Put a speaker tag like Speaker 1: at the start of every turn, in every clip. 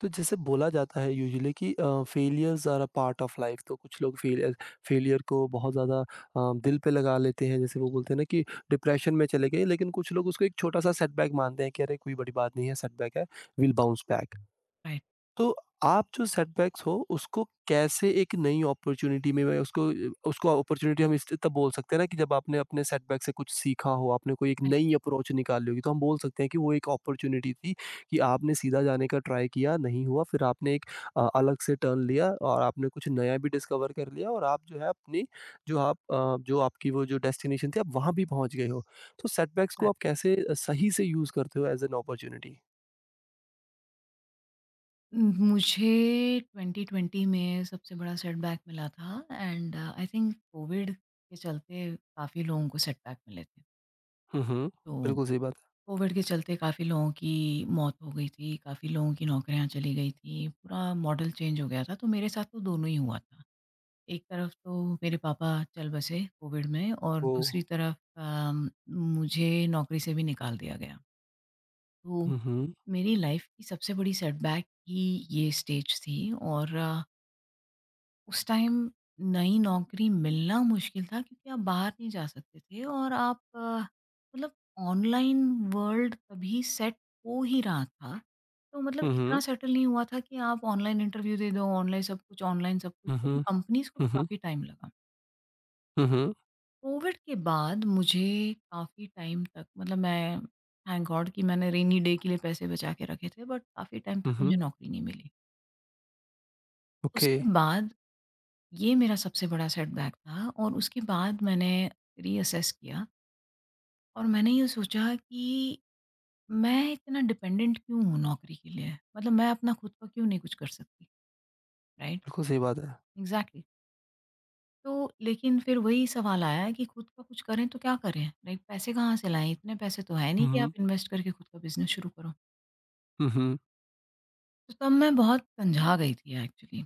Speaker 1: तो जैसे बोला जाता है यूजुअली कि failures are a part of life. तो कुछ लोग फेलियर फेलियर को बहुत ज़्यादा दिल पे लगा लेते हैं। जैसे वो बोलते हैं ना कि डिप्रेशन में चले गए, लेकिन कुछ लोग उसको एक छोटा सा सेटबैक मानते हैं कि अरे कोई बड़ी बात नहीं है, सेटबैक है, विल बाउंस बैक।
Speaker 2: राइट
Speaker 1: तो आप जो सेटबैक्स हो उसको कैसे एक नई अपॉर्च्युनिटी में मैं उसको उसको अपॉर्च्युनिटी हम इस तब बोल सकते हैं ना कि जब आपने अपने सेटबैक से कुछ सीखा हो, आपने कोई एक
Speaker 2: राइट
Speaker 1: नई अप्रोच निकाली होगी, तो हम बोल सकते हैं कि वो एक अपॉर्च्युनिटी थी। कि आपने सीधा जाने का ट्राई किया, नहीं हुआ, फिर आपने एक अलग से टर्न लिया और आपने कुछ नया भी डिस्कवर कर लिया और आप जो है अपनी जो आप जो आपकी वो जो डेस्टिनेशन थी आप वहाँ भी पहुँच गए हो। तो सेटबैक्स को
Speaker 2: राइट।
Speaker 1: आप कैसे सही से यूज़ करते हो एज़ एन अपॉर्च्युनिटी?
Speaker 2: मुझे 2020 में सबसे बड़ा सेटबैक मिला था एंड आई थिंक कोविड के चलते काफ़ी लोगों को सेटबैक मिले थे।
Speaker 1: हुँ, हुँ।
Speaker 2: तो
Speaker 1: बिल्कुल सही बात है।
Speaker 2: कोविड के चलते काफ़ी लोगों की मौत हो गई थी, काफ़ी लोगों की नौकरियां चली गई थी, पूरा मॉडल चेंज हो गया था। तो मेरे साथ तो दोनों ही हुआ था। एक तरफ तो मेरे पापा चल बसे कोविड में और
Speaker 1: ओह!
Speaker 2: दूसरी तरफ मुझे नौकरी से भी निकाल दिया गया। तो
Speaker 1: Mhm,
Speaker 2: मेरी लाइफ की सबसे बड़ी सेटबैक ही ये स्टेज थी। और उस टाइम नई नौकरी मिलना मुश्किल था, क्योंकि आप बाहर नहीं जा सकते थे और मतलब ऑनलाइन वर्ल्ड तभी सेट हो ही रहा था। तो मतलब इतना
Speaker 1: mhm,
Speaker 2: सेटल नहीं हुआ था कि आप ऑनलाइन इंटरव्यू दे दो, ऑनलाइन सब कुछ, ऑनलाइन सब कुछ। अभी
Speaker 1: mhm,
Speaker 2: कंपनीज़ को भी
Speaker 1: mhm,
Speaker 2: काफ़ी टाइम लगा।
Speaker 1: mhm,
Speaker 2: कोविड के बाद मुझे काफ़ी टाइम तक मतलब मैं थैंक गॉड कि मैंने रेनी डे के लिए पैसे बचा के रखे थे, बट काफ़ी टाइम तक मुझे
Speaker 1: mhm,
Speaker 2: नौकरी नहीं मिली।
Speaker 1: ओके,
Speaker 2: उसके बाद ये मेरा सबसे बड़ा सेटबैक था, और उसके बाद मैंने रीअसेस किया और मैंने ये सोचा कि मैं इतना डिपेंडेंट क्यों हूँ नौकरी के लिए। मतलब मैं अपना खुद का क्यों नहीं कुछ कर सकती? राइट।
Speaker 1: बिल्कुल सही बात है।
Speaker 2: एग्जैक्टली। तो लेकिन फिर वही सवाल आया कि खुद का कुछ करें तो क्या करें, लाइक पैसे कहाँ से लाएं? इतने पैसे तो है नहीं कि आप
Speaker 1: हुँ,
Speaker 2: इन्वेस्ट करके खुद का बिजनेस शुरू करो।
Speaker 1: हुँ, हुँ,
Speaker 2: तो तब मैं बहुत कंझा गई थी एक्चुअली।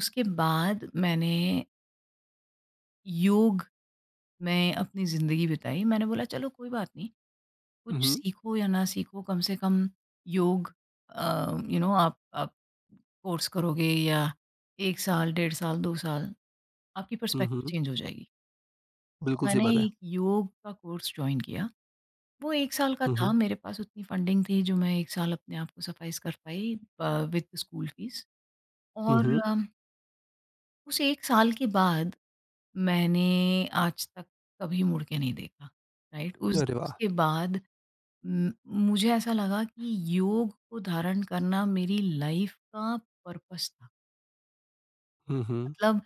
Speaker 2: उसके बाद मैंने योग में अपनी ज़िंदगी बिताई। मैंने बोला चलो कोई बात नहीं, कुछ
Speaker 1: हुँ,
Speaker 2: सीखो या ना सीखो, कम से कम योग। यू नो, आप कोर्स करोगे या 1 साल, 1.5 साल, 2 साल आपकी
Speaker 1: हुँ,
Speaker 2: पर्सपेक्टिव
Speaker 1: हुँ,
Speaker 2: चेंज हो जाएगी। तो
Speaker 1: बिल्कुल सही
Speaker 2: मैंने
Speaker 1: बात है।
Speaker 2: एक योग का कोर्स जॉइन किया। वो 1 साल का
Speaker 1: हुँ,
Speaker 2: था।
Speaker 1: हुँ,
Speaker 2: मेरे पास उतनी फंडिंग थी जो मैं 1 साल अपने आप को सफ़ाइज़ कर पाई, विद स्कूल फीस।
Speaker 1: हुँ,
Speaker 2: और
Speaker 1: हुँ,
Speaker 2: उस 1 साल के बाद मैंने आज तक कभी मुड़ के नहीं देखा, राइट? उस
Speaker 1: अरे वाह!
Speaker 2: उसके बाद म- मुझे ऐसा लगा कि योग को धारण करना मेरी लाइफ का पर्पस था।
Speaker 1: हुँ, हुँ,
Speaker 2: मतलब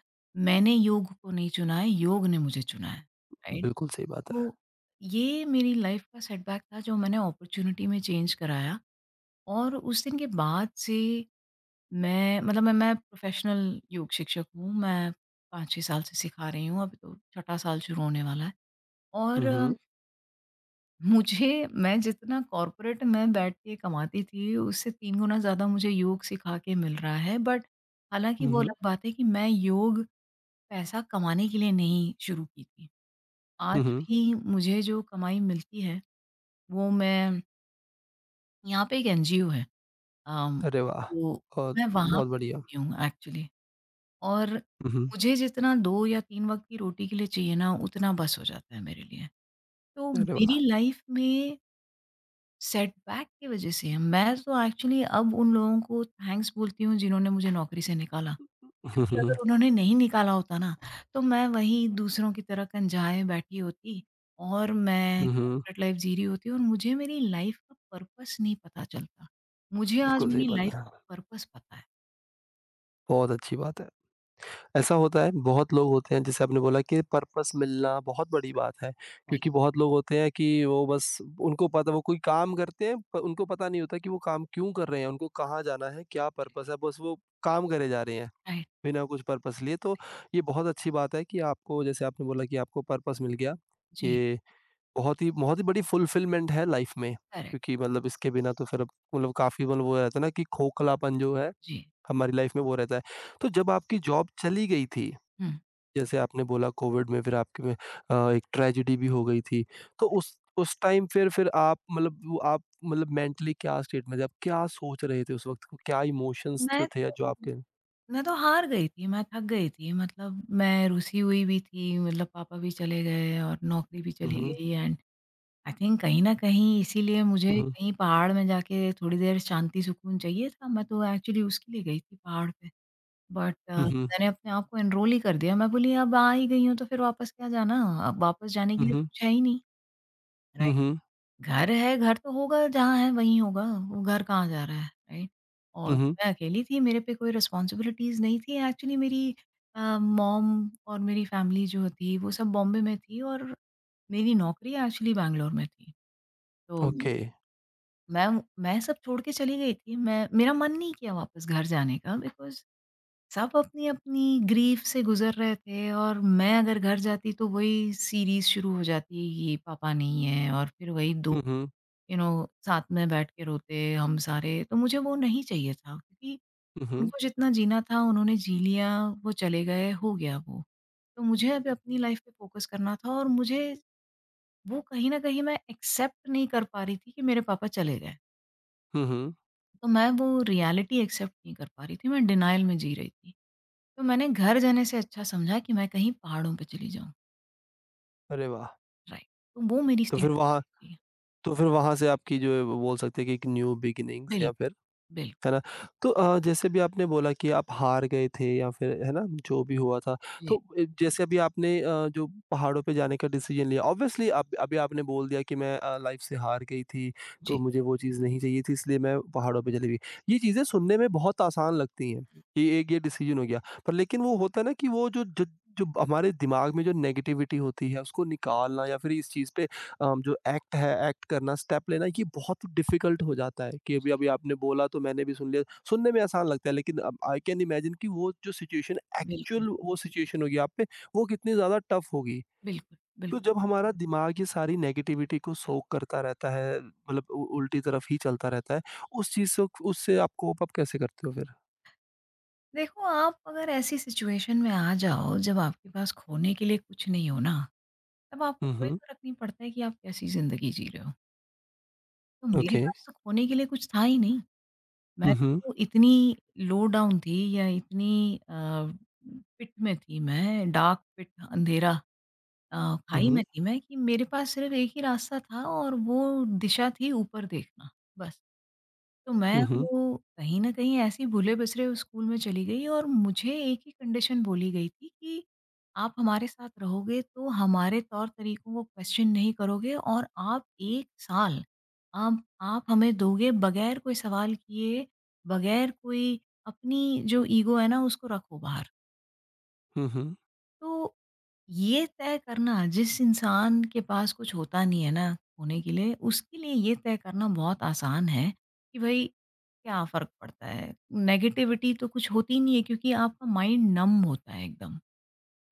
Speaker 2: मैंने योग को नहीं चुना है, योग ने मुझे चुना है। राइट।
Speaker 1: बिल्कुल सही बात है।
Speaker 2: तो ये मेरी लाइफ का सेटबैक था जो मैंने अपॉर्चुनिटी में चेंज कराया। और उस दिन के बाद से मैं, मतलब मैं प्रोफेशनल योग शिक्षक हूँ। मैं 5-6 साल से सिखा रही हूँ, अब तो छठा साल शुरू होने वाला है।
Speaker 1: हुँ,
Speaker 2: और
Speaker 1: हुँ,
Speaker 2: मुझे, मैं जितना कॉर्पोरेट में बैठ के कमाती थी, उससे 3 गुना ज़्यादा मुझे योग सिखा के मिल रहा है। बट हालाँकि
Speaker 1: हुँ,
Speaker 2: वो
Speaker 1: हुँ,
Speaker 2: अलग बात है कि मैं योग पैसा कमाने के लिए नहीं शुरू की थी।
Speaker 1: हुँ,
Speaker 2: आज
Speaker 1: हुँ,
Speaker 2: भी मुझे जो कमाई मिलती है, वो मैं, यहाँ पे एक एनजीओ है,
Speaker 1: अरे वाह!
Speaker 2: तो
Speaker 1: बहुत
Speaker 2: मैं वहाँ
Speaker 1: बहुत
Speaker 2: पे
Speaker 1: बढ़िया।
Speaker 2: रहती हूँ एक्चुअली। और
Speaker 1: हुँ, हुँ,
Speaker 2: मुझे जितना 2 या 3 वक़्त की रोटी के लिए चाहिए ना, उतना बस हो जाता है मेरे लिए। तो
Speaker 1: अरे
Speaker 2: मेरी
Speaker 1: वाह!
Speaker 2: लाइफ़ में सेटबैक की वज़ह से, मैं तो एक्चुअली अब उन लोगों को थैंक्स बोलती हूँ जिन्होंने मुझे नौकरी से निकाला।
Speaker 1: हुँ,
Speaker 2: क्योंकि
Speaker 1: हुँ,
Speaker 2: अगर उन्होंने नहीं निकाला होता ना, तो मैं वहीं दूसरों की तरह कँजाए बैठी होती और मैं
Speaker 1: हुँ, हुँ,
Speaker 2: कॉर्पोरेट लाइफ़ जी रही होती, और मुझे मेरी लाइफ़ का पर्पस नहीं पता चलता। मुझे आज
Speaker 1: बिल्कुल सही
Speaker 2: मेरी
Speaker 1: बात
Speaker 2: लाइफ़
Speaker 1: है।
Speaker 2: का पर्पस पता है।
Speaker 1: बहुत अच्छी बात है। ऐसा होता है। बहुत लोग होते हैं, जैसे आपने बोला कि पर्पस मिलना बहुत बड़ी बात है,
Speaker 2: राइट,
Speaker 1: क्योंकि बहुत लोग होते हैं कि वो बस उनको पता वो कोई काम करते हैं पर उनको पता नहीं होता कि वो काम क्यों कर रहे हैं, उनको कहाँ जाना है, क्या
Speaker 2: करेक्ट,
Speaker 1: पर्पस है, बस वो काम करे जा रहे हैं,
Speaker 2: राइट।
Speaker 1: बिना कुछ पर्पस लिए। तो ये बहुत अच्छी बात है कि आपको, जैसे आपने बोला कि आपको पर्पस मिल गया,
Speaker 2: जी,
Speaker 1: ये बहुत ही बड़ी फुलफिलमेंट है लाइफ में,
Speaker 2: करेक्ट,
Speaker 1: क्योंकि मतलब इसके बिना तो फिर अब मतलब काफ़ी मतलब वो रहता है ना कि खोखलापन जो है,
Speaker 2: जी।
Speaker 1: हमारी लाइफ में वो रहता है। तो जब आपकी जॉब चली गई थी,
Speaker 2: हुँ।
Speaker 1: जैसे आपने बोला कोविड में, फिर आपके में एक ट्रेजेडी भी हो गई थी। तो उस टाइम फिर आप मतलब वो आप मतलब मेंटली क्या स्टेट में थे? आप क्या सोच रहे थे उस वक़्त? क्या इमोशंस
Speaker 2: मैं
Speaker 1: जो थे जो
Speaker 2: तो
Speaker 1: आपके
Speaker 2: मैं तो हार गई थी, मैं थक गई थी। मतलब मैं रुसी हुई भी थी, मतलब पापा भी चले गए और नौकरी भी
Speaker 1: हुँ,
Speaker 2: चली हुँ।
Speaker 1: हुँ,
Speaker 2: गई। एंड आई थिंक कहीं न कहीं इसीलिए मुझे हुँ।
Speaker 1: हुँ,
Speaker 2: कहीं पहाड़ में जाके थोड़ी देर शांति सुकून चाहिए था। मैं तो एक्चुअली उसके लिए गई थी पहाड़ पे। बट
Speaker 1: हुँ, हुँ,
Speaker 2: मैंने अपने आप को एनरोल ही कर दिया। मैं बोली अब आ ही गई हूँ तो फिर वापस क्या जाना? अब वापस जाने के
Speaker 1: हुँ,
Speaker 2: लिए तो
Speaker 1: हुँ,
Speaker 2: कुछ है ही नहीं,
Speaker 1: हुँ,
Speaker 2: राइट?
Speaker 1: हुँ,
Speaker 2: घर है, घर तो होगा जहाँ है वहीं होगा, वो घर कहाँ जा रहा है, राइट? और
Speaker 1: हुँ, हुँ,
Speaker 2: मैं अकेली थी, मेरे पे कोई रिस्पॉन्सिबिलिटीज़ नहीं थी एक्चुअली। मेरी मॉम और मेरी फैमिली जो थी वो सब बॉम्बे में थी, और मेरी नौकरी एक्चुअली बैंगलोर में थी। तो
Speaker 1: ओके।
Speaker 2: मैं मैं सब छोड़ के चली गई थी। मैं, मेरा मन नहीं किया वापस घर जाने का, बिकॉज़ सब अपनी-अपनी ग्रीफ़ से गुज़र रहे थे, और मैं अगर घर जाती तो वही सीरीज़ शुरू हो जाती, ये पापा नहीं है, और फिर वही दो,
Speaker 1: हुँ, हुँ,
Speaker 2: यू नो, साथ में बैठ के रोते हम सारे। तो मुझे वो नहीं चाहिए था, क्योंकि
Speaker 1: हुँ, हुँ,
Speaker 2: उनको जितना जीना था उन्होंने जी लिया, वो चले गए, हो गया वो। तो मुझे अब अपनी लाइफ़ पे फ़ोकस करना था। और मुझे वो कहीं न कहीं मैं एक्सेप्ट नहीं कर पा रही थी कि मेरे पापा चले गए।
Speaker 1: हुँ, हुँ,
Speaker 2: तो मैं वो रियलिटी एक्सेप्ट नहीं कर पा रही थी, मैं डिनायल में जी रही थी। तो मैंने घर जाने से अच्छा समझा कि मैं कहीं पहाड़ों पे चली जाऊँ,
Speaker 1: अरे वाह!
Speaker 2: राइट। तो वो मेरी
Speaker 1: तो फिर
Speaker 2: स्टेट ऑफ
Speaker 1: वहाँ
Speaker 2: माइंड थी।
Speaker 1: तो फिर वहाँ से आपकी जो है वो बोल सकते हैं कि एक न्यू बिगिनिंग्स या
Speaker 2: बिल्कुल,
Speaker 1: फिर
Speaker 2: बिल्कुल।
Speaker 1: है ना? तो जैसे भी आपने बोला कि आप हार गए थे या फिर है ना, जो भी हुआ था। तो
Speaker 2: जी,
Speaker 1: जैसे अभी आपने जो पहाड़ों पे जाने का डिसीजन लिया, ऑब्वियसली अब अभी आपने बोल दिया कि मैं लाइफ़ से हार गई थी, तो
Speaker 2: जी,
Speaker 1: मुझे वो चीज़ नहीं चाहिए थी इसलिए मैं पहाड़ों पे चली गई। ये चीज़ें सुनने में बहुत आसान लगती हैं, कि एक ये डिसीजन हो गया। पर लेकिन वो होता है ना कि वो जो हमारे दिमाग में जो नेगेटिविटी होती है उसको
Speaker 2: जी।
Speaker 1: निकालना या फिर इस चीज़ पे जो एक्ट है, एक्ट करना, स्टेप लेना, ये बहुत डिफ़िकल्ट हो जाता है। कि अभी-अभी आपने बोला तो मैंने भी सुन लिया। सुनने में आसान लगता है लेकिन अब आई कैन इमेजिन कि वो जो सिचुएशन
Speaker 2: बिल्कुल,
Speaker 1: एक्चुअल वो सिचुएशन होगी आप पे, वो कितनी ज़्यादा टफ़ होगी।
Speaker 2: बिल्कुल,
Speaker 1: तो
Speaker 2: बिल्कुल।
Speaker 1: जब हमारा दिमाग ये सारी नेगेटिविटी को सोक करता रहता है, मतलब उ उल्टी तरफ ही चलता रहता है, उस चीज़ से उससे आप कोप अप कैसे करते हो फिर?
Speaker 2: देखो, आप अगर ऐसी सिचुएशन में आ जाओ जब आपके पास खोने के लिए कुछ नहीं हो ना, तब आपको
Speaker 1: हुँ,
Speaker 2: कोई
Speaker 1: हुँ,
Speaker 2: फ़र्क नहीं पड़ता है कि आप कैसी ज़िंदगी जी रहे हो। तो मेरे
Speaker 1: ओके।
Speaker 2: पास तो खोने के लिए कुछ था ही नहीं। मैं
Speaker 1: हुँ, हुँ,
Speaker 2: तो इतनी लो डाउन थी, या इतनी पिट में थी मैं, डार्क पिट, अंधेरा
Speaker 1: हुँ,
Speaker 2: खाई
Speaker 1: हुँ,
Speaker 2: में थी मैं, कि मेरे पास सिर्फ़ एक ही रास्ता था और वो दिशा थी ऊपर देखना, बस। तो मैं
Speaker 1: हुँ, हुँ,
Speaker 2: वो कहीं न कहीं ऐसी भूले-बिसरे स्कूल में चली गई, और मुझे एक ही कंडीशन बोली गई थी कि, "आप हमारे साथ रहोगे तो हमारे तौर-तरीकों को क्वेश्चन नहीं करोगे, और आप 1 साल, आप हमें दोगे बगैर कोई सवाल किए, बगैर कोई, अपनी जो ईगो है ना उसको रखो बाहर।"
Speaker 1: हुँ, हुँ, हुँ,
Speaker 2: तो ये तय करना, जिस इंसान के पास कुछ होता नहीं है ना होने के लिए, उसके लिए ये तय करना बहुत आसान है कि भई क्या फ़र्क पड़ता है। नेगेटिविटी तो कुछ होती ही नहीं है, क्योंकि आपका माइंड नम होता है एकदम।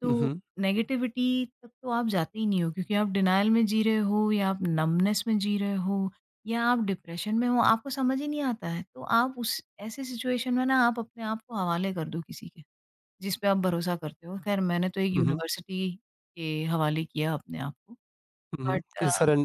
Speaker 2: तो
Speaker 1: हुँ,
Speaker 2: नेगेटिविटी तक तो आप जाते ही नहीं हो, क्योंकि आप डिनायल में जी रहे हो, या आप नमनेस में जी रहे हो, या आप डिप्रेशन में हो, आपको समझ ही नहीं आता है। तो आप उस, ऐसी सिचुएशन में ना, आप अपने आप को हवाले कर दो किसी के, जिस पे आप भरोसा करते हो। ख़ैर, मैंने तो एक
Speaker 1: हुँ, हुँ,
Speaker 2: यूनिवर्सिटी के हवाले किया अपने आप को।
Speaker 1: हुँ,
Speaker 2: बट
Speaker 1: हुँ। सरें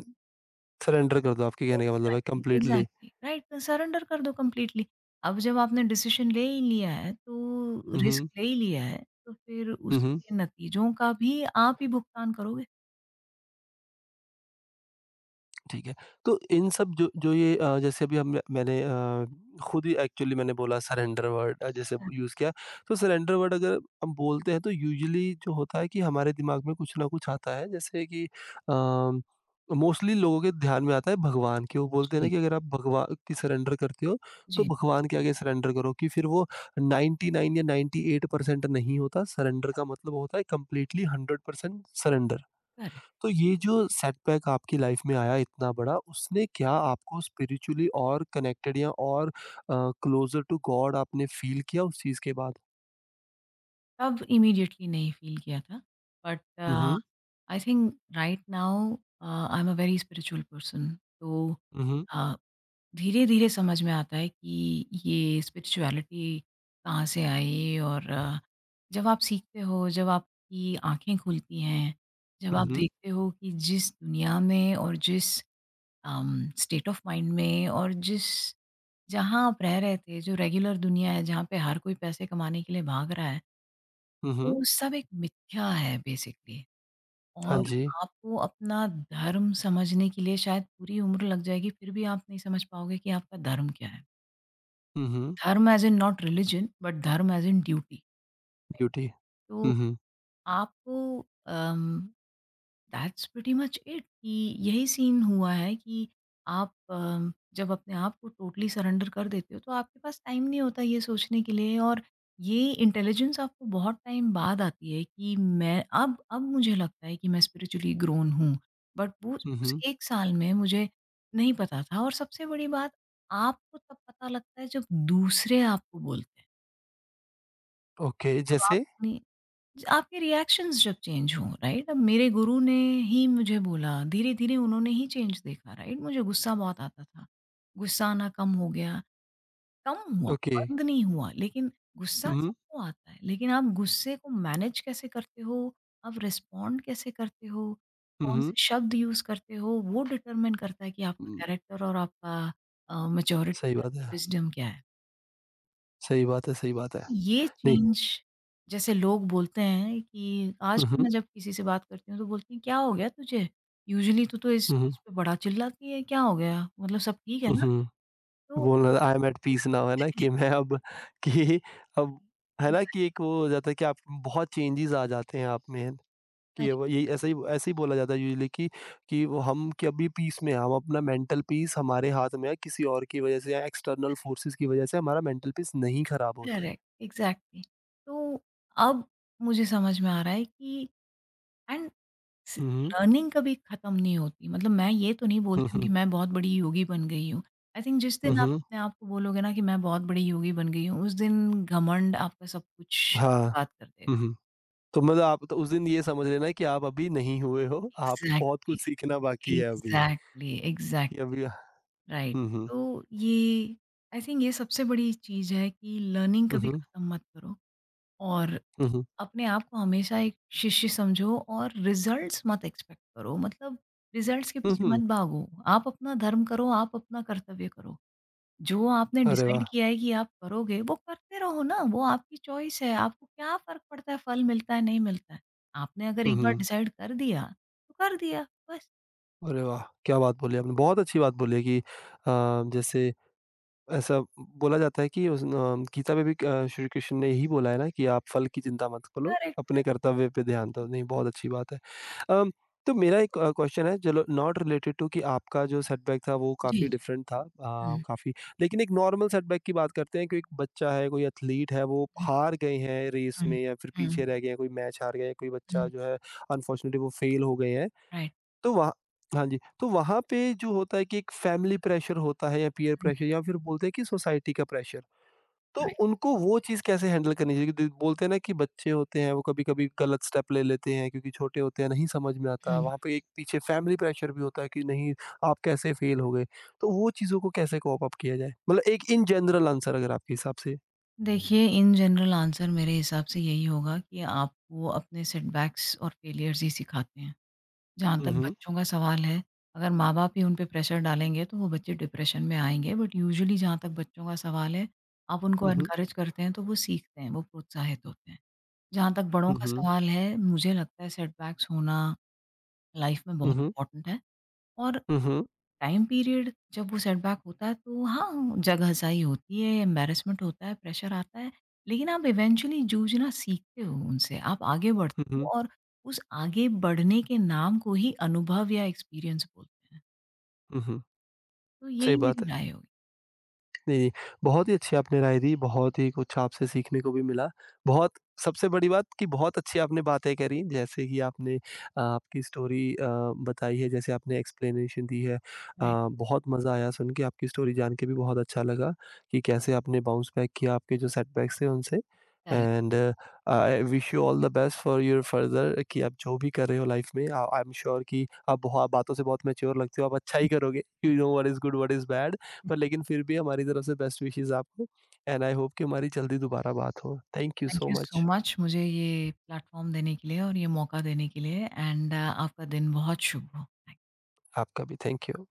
Speaker 1: सरेंडर कर दो, आपके कहने का मतलब है
Speaker 2: exactly,
Speaker 1: completely.
Speaker 2: Exactly, right. Surrender कर दो कंप्लीटली। अब जब आपने डिसीज़न ले ही लिया है, तो
Speaker 1: हुँ,
Speaker 2: रिस्क
Speaker 1: हुँ।
Speaker 2: ले ही लिया है, तो फिर
Speaker 1: हुँ, हुँ,
Speaker 2: उसके नतीजों का भी आप ही भुगतान करोगे।
Speaker 1: ठीक है। तो इन सब जो जो ये जैसे अभी हम मैंने खुद ही एक्चुअली मैंने बोला सरेंडर वर्ड जैसे
Speaker 2: करेक्ट,
Speaker 1: यूज़ किया। तो सरेंडर वर्ड अगर हम बोलते हैं तो यूजुअली जो होता है कि हमारे दिमाग में कुछ ना कुछ आता है, जैसे कि अ, मोस्टली लोगों के ध्यान में आता है भगवान, कि वो बोलते हैं ना
Speaker 2: जी,
Speaker 1: कि अगर आप भगवा की सरेंडर करते हो तो
Speaker 2: जी,
Speaker 1: भगवान के आगे सरेंडर करो कि फिर वो 99 या 98% नहीं होता, सरेंडर का मतलब होता है कंप्लीटली 100% सरेंडर।
Speaker 2: करेक्ट।
Speaker 1: तो ये जो सेटबैक आपकी लाइफ में आया इतना बड़ा, उसने क्या आपको स्पिरिचुअली और कनेक्टेड या और क्लोज़र टू गॉड आपने फ़ील किया उस चीज़ के बाद?
Speaker 2: तब इमीडिएटली नहीं फ़ील किया था, but
Speaker 1: hmm, hmm.
Speaker 2: I think right now I am a very spiritual person. तो
Speaker 1: हुँ, हुँ।
Speaker 2: अ धीरे-धीरे समझ में आता है कि ये स्पिरिचुअलिटी कहाँ से आई। और जब आप सीखते हो, जब आपकी आँखें खुलती हैं, जब
Speaker 1: हुँ,
Speaker 2: आप हुँ।
Speaker 1: हुँ।
Speaker 2: देखते हो कि जिस दुनिया में, और जिस स्टेट ऑफ माइंड में, और जिस, जहाँ आप रह रहे थे, जो रेगुलर दुनिया है, जहाँ पे हर कोई पैसे कमाने के लिए भाग रहा है,
Speaker 1: हुँ, हुँ।
Speaker 2: वो सब एक मिथ्या है बेसिकली।
Speaker 1: हाँ
Speaker 2: और
Speaker 1: जी।
Speaker 2: आपको अपना धर्म समझने के लिए शायद पूरी उम्र लग जाएगी, फिर भी आप नहीं समझ पाओगे कि आपका धर्म क्या है।
Speaker 1: हुँ, हुँ।
Speaker 2: Dharma as in not religion, but dharma as in duty.
Speaker 1: Duty.
Speaker 2: तो
Speaker 1: हुँ, हुँ।
Speaker 2: आपको, um, that's pretty much it कि यही सीन हुआ है कि आप, जब अपने आप को टोटली सरेंडर कर देते हो तो आपके पास टाइम नहीं होता ये सोचने के लिए। और ये इंटेलिजेंस आपको बहुत टाइम बाद आती है कि मैं अब मुझे लगता है कि मैं स्पिरिचुअली ग्रोन हूँ। बट वो
Speaker 1: हुँ,
Speaker 2: उस
Speaker 1: हुँ।
Speaker 2: 1 साल में मुझे नहीं पता था। और सबसे बड़ी बात, आपको तब पता लगता है जब दूसरे आपको बोलते हैं।
Speaker 1: ओके,
Speaker 2: जब
Speaker 1: जैसे?
Speaker 2: आपने, आपके रिएक्शंस जब चेंज हों, राइट? अब मेरे गुरु ने ही मुझे बोला, धीरे-धीरे उन्होंने ही चेंज देखा, राइट? मुझे गुस्सा बहुत आता था। गुस्सा आना कम हो गया, कम हुआ,
Speaker 1: ओके।
Speaker 2: बंद नहीं हुआ। लेकिन गुस्सा
Speaker 1: हुँ, हुँ।
Speaker 2: सबको आता है, लेकिन आप गुस्से को मैनेज कैसे करते हो, आप रिस्पॉन्ड कैसे करते हो,
Speaker 1: हुँ, हुँ।
Speaker 2: कौन-से शब्द यूज़ करते हो, वो डिटरमाइन करता है कि आपका
Speaker 1: उम,
Speaker 2: कैरेक्टर और आपका
Speaker 1: सही
Speaker 2: मैच्योरिटी,
Speaker 1: बात
Speaker 2: आपकी
Speaker 1: है।
Speaker 2: विज़डम क्या है।
Speaker 1: सही बात है, सही बात है।
Speaker 2: ये
Speaker 1: नहीं,
Speaker 2: चेंज, जैसे लोग बोलते हैं कि आज
Speaker 1: हुँ,
Speaker 2: भी
Speaker 1: हुँ।
Speaker 2: मैं जब किसी से बात करती हूँ तो बोलती हैं, "क्या हो गया तुझे? यूजुअली तू तो इस
Speaker 1: हुँ, हुँ।
Speaker 2: चीज़ पे बड़ा चिल्लाती है, क्या हो गया? मतलब सब ठीक है
Speaker 1: हुँ,
Speaker 2: ना?"
Speaker 1: हुँ।
Speaker 2: तो
Speaker 1: बोलना I am at peace now, है ना? कि मैं अब कि अब है ना कि एक वो हो जाता है कि आप बहुत चेंजेस आ जाते हैं आप में कि
Speaker 2: करेक्ट,
Speaker 1: वो ये ऐसा ही ऐसे ही बोला जाता है यूजुअली कि वो हम कि अभी पीस में हैं, हम अपना मेंटल पीस हमारे हाथ में है, किसी और की वजह से या एक्सटर्नल फोर्सेस की वजह से हमारा मेंटल पीस नहीं खराब होता है।
Speaker 2: Correct, exactly. तो अब मुझे समझ में आ रहा है कि, एंड स
Speaker 1: हुँ,
Speaker 2: लर्निंग कभी ख़त्म नहीं होती। मतलब मैं ये तो नहीं बोल
Speaker 1: हुँ,
Speaker 2: रही हूँ
Speaker 1: हुँ,
Speaker 2: कि
Speaker 1: हुँ,
Speaker 2: मैं बहुत बड़ी योगी बन गई हूँ। आई थिंक जिस
Speaker 1: हुँ,
Speaker 2: दिन आप
Speaker 1: हुँ,
Speaker 2: अपने आप को बोलोगे ना कि मैं बहुत बड़ी योगी बन गई हूँ, उस दिन घमंड आपका सब कुछ
Speaker 1: हाँ,
Speaker 2: बर्बाद कर देगा।
Speaker 1: हुँ, हुँ। तो मतलब आप तो उस दिन ये समझ लेना कि आप अभी नहीं हुए हो, आप बहुत कुछ
Speaker 2: एग्ज़ैक्टली,
Speaker 1: सीखना बाकी है अभी,
Speaker 2: एग्ज़ैक्टली,
Speaker 1: कि
Speaker 2: एग्ज़ैक्ट
Speaker 1: अभी
Speaker 2: राइट।
Speaker 1: हुँ, हुँ,
Speaker 2: तो ये, आई थिंक ये सबसे बड़ी चीज़ है कि लर्निंग
Speaker 1: हुँ,
Speaker 2: कभी
Speaker 1: हुँ,
Speaker 2: ख़त्म मत करो, और
Speaker 1: हुँ, हुँ,
Speaker 2: अपने आप को हमेशा एक शिष्य समझो, और रिज़ल्ट्स मत एक्सपेक्ट करो। मतलब रिज़ल्ट्स के
Speaker 1: हुँ,
Speaker 2: पीछे
Speaker 1: हुँ।
Speaker 2: मत भागो। आप अपना धर्म करो, आप अपना कर्तव्य करो। जो आपने
Speaker 1: अरे वाह!
Speaker 2: डिसाइड किया है कि आप करोगे, वो करते रहो ना, वो आपकी चॉइस है। आपको क्या फ़र्क पड़ता है फल मिलता है, नहीं मिलता है? आपने अगर
Speaker 1: हुँ,
Speaker 2: एक बार
Speaker 1: हुँ।
Speaker 2: डिसाइड कर दिया, तो कर दिया बस।
Speaker 1: अरे वाह! क्या बात बोली आपने, बहुत अच्छी बात बोली है कि जैसे ऐसा बोला जाता है कि उस न गीता में भी श्री कृष्ण ने यही बोला है ना कि आप फल की चिंता मत करो, अपने कर्तव्य पे ध्यान दो। नहीं, बहुत अच्छी बात है। अम, तो मेरा एक क्वेश्चन है, चलो नॉट रिलेटेड टू कि आपका जो सेटबैक था वो
Speaker 2: जी,
Speaker 1: काफ़ी
Speaker 2: जी।
Speaker 1: डिफरेंट था। अ,
Speaker 2: हुँ,
Speaker 1: काफ़ी लेकिन एक नॉर्मल सेटबैक की बात करते हैं, कि एक बच्चा है, कोई एथलीट है, वो
Speaker 2: हुँ,
Speaker 1: हार गए हैं रेस
Speaker 2: हुँ,
Speaker 1: में या फिर
Speaker 2: हुँ,
Speaker 1: पीछे रह गए हैं, कोई मैच हार गए हैं, कोई बच्चा
Speaker 2: हुँ,
Speaker 1: जो है अनफॉर्चुनेटली वो फेल हो गए हैं।
Speaker 2: राइट,
Speaker 1: तो वहाँ हाँ जी, तो वहाँ पे जो होता है कि एक फैमिली प्रेशर होता है या पीयर
Speaker 2: हुँ,
Speaker 1: प्रेशर या फिर बोलते हैं कि सोसाइटी का प्रेशर। तो
Speaker 2: राइट,
Speaker 1: उनको वो चीज़ कैसे हैंडल करनी चाहिए? क्योंकि बोलते हैं ना कि बच्चे होते हैं, वो कभी-कभी गलत स्टेप ले लेते हैं क्योंकि छोटे होते हैं, नहीं समझ में आता।
Speaker 2: हुँ।
Speaker 1: वहाँ पे एक पीछे फैमिली प्रेशर भी होता है कि नहीं, आप कैसे फेल हो गए? तो वो चीज़ों को कैसे कोप अप किया जाए? मतलब एक इन जनरल आंसर अगर आपके हिसाब से।
Speaker 2: देखिए, इन जनरल आंसर मेरे हिसाब से यही होगा कि आपको अपने सेटबैक्स और फेलियर्स ही सिखाते हैं। जहाँ तक
Speaker 1: हुँ, हुँ।
Speaker 2: बच्चों का सवाल है, अगर माँ-बाप ही उन पे प्रेशर डालेंगे, तो वो बच्चे डिप्रेशन में आएँगे। बट यूजुअली जहाँ तक बच्चों का सवाल है, आप उनको
Speaker 1: हुँ, हुँ।
Speaker 2: एनकरेज करते हैं, तो वो सीखते हैं, वो प्रोत्साहित होते हैं। जहाँ तक बड़ों
Speaker 1: हुँ,
Speaker 2: का
Speaker 1: हुँ।
Speaker 2: सवाल है, मुझे लगता है सेटबैक्स होना लाइफ में बहुत
Speaker 1: हुँ, हुँ।
Speaker 2: इम्पोर्टेंट है। और
Speaker 1: हुँ, हुँ।
Speaker 2: टाइम पीरियड जब वो सेटबैक होता है तो हाँ, जगहज़ाही होती है, एम्बैरेसमेंट होता है, प्रेशर आता है, लेकिन आप इवेंचुअली जूझना सीखते हो उनसे, आप आगे
Speaker 1: हुँ,
Speaker 2: बढ़ते
Speaker 1: हुँ।
Speaker 2: हो, और उस आगे बढ़ने के नाम को ही अनुभव या एक्सपीरियंस बोलते हैं।
Speaker 1: हुँ, हुँ।
Speaker 2: तो यही
Speaker 1: सही
Speaker 2: मेरी
Speaker 1: बात है।
Speaker 2: राय होगी।
Speaker 1: जी, जी। बहुत ही अच्छी आपने राय दी, बहुत ही कुछ आपसे सीखने को भी मिला। बहुत सबसे बड़ी बात कि बहुत अच्छी आपने बातें करी, जैसे कि आपने आपकी स्टोरी बताई है, जैसे आपने एक्सप्लेनेशन दी है।
Speaker 2: राइट,
Speaker 1: बहुत मज़ा आया सुन के, आपकी स्टोरी जान के भी बहुत अच्छा लगा कि कैसे आपने बाउंस बैक किया आपके जो सेटबैक्स थे उनसे।
Speaker 2: Correct.
Speaker 1: And I wish you all the best for your further, कि आप जो भी कर रहे हो लाइफ में, आ आई एम श्योर कि आप बहु बातों से बहुत मैच्योर लगते हो, आप अच्छा ही करोगे। You know what is good, what is bad. पर लेकिन फिर भी हमारी तरफ से बेस्ट विशेस आपको एंड आई होप कि हमारी जल्दी दोबारा बात हो। Thank you
Speaker 2: thank
Speaker 1: so
Speaker 2: you so
Speaker 1: much.
Speaker 2: Much मुझे ये प्लेटफ़ॉर्म देने के लिए और ये मौका देने के लिए, एंड आपका दिन बहुत शुभ हो।
Speaker 1: आपका भी थैंक यू।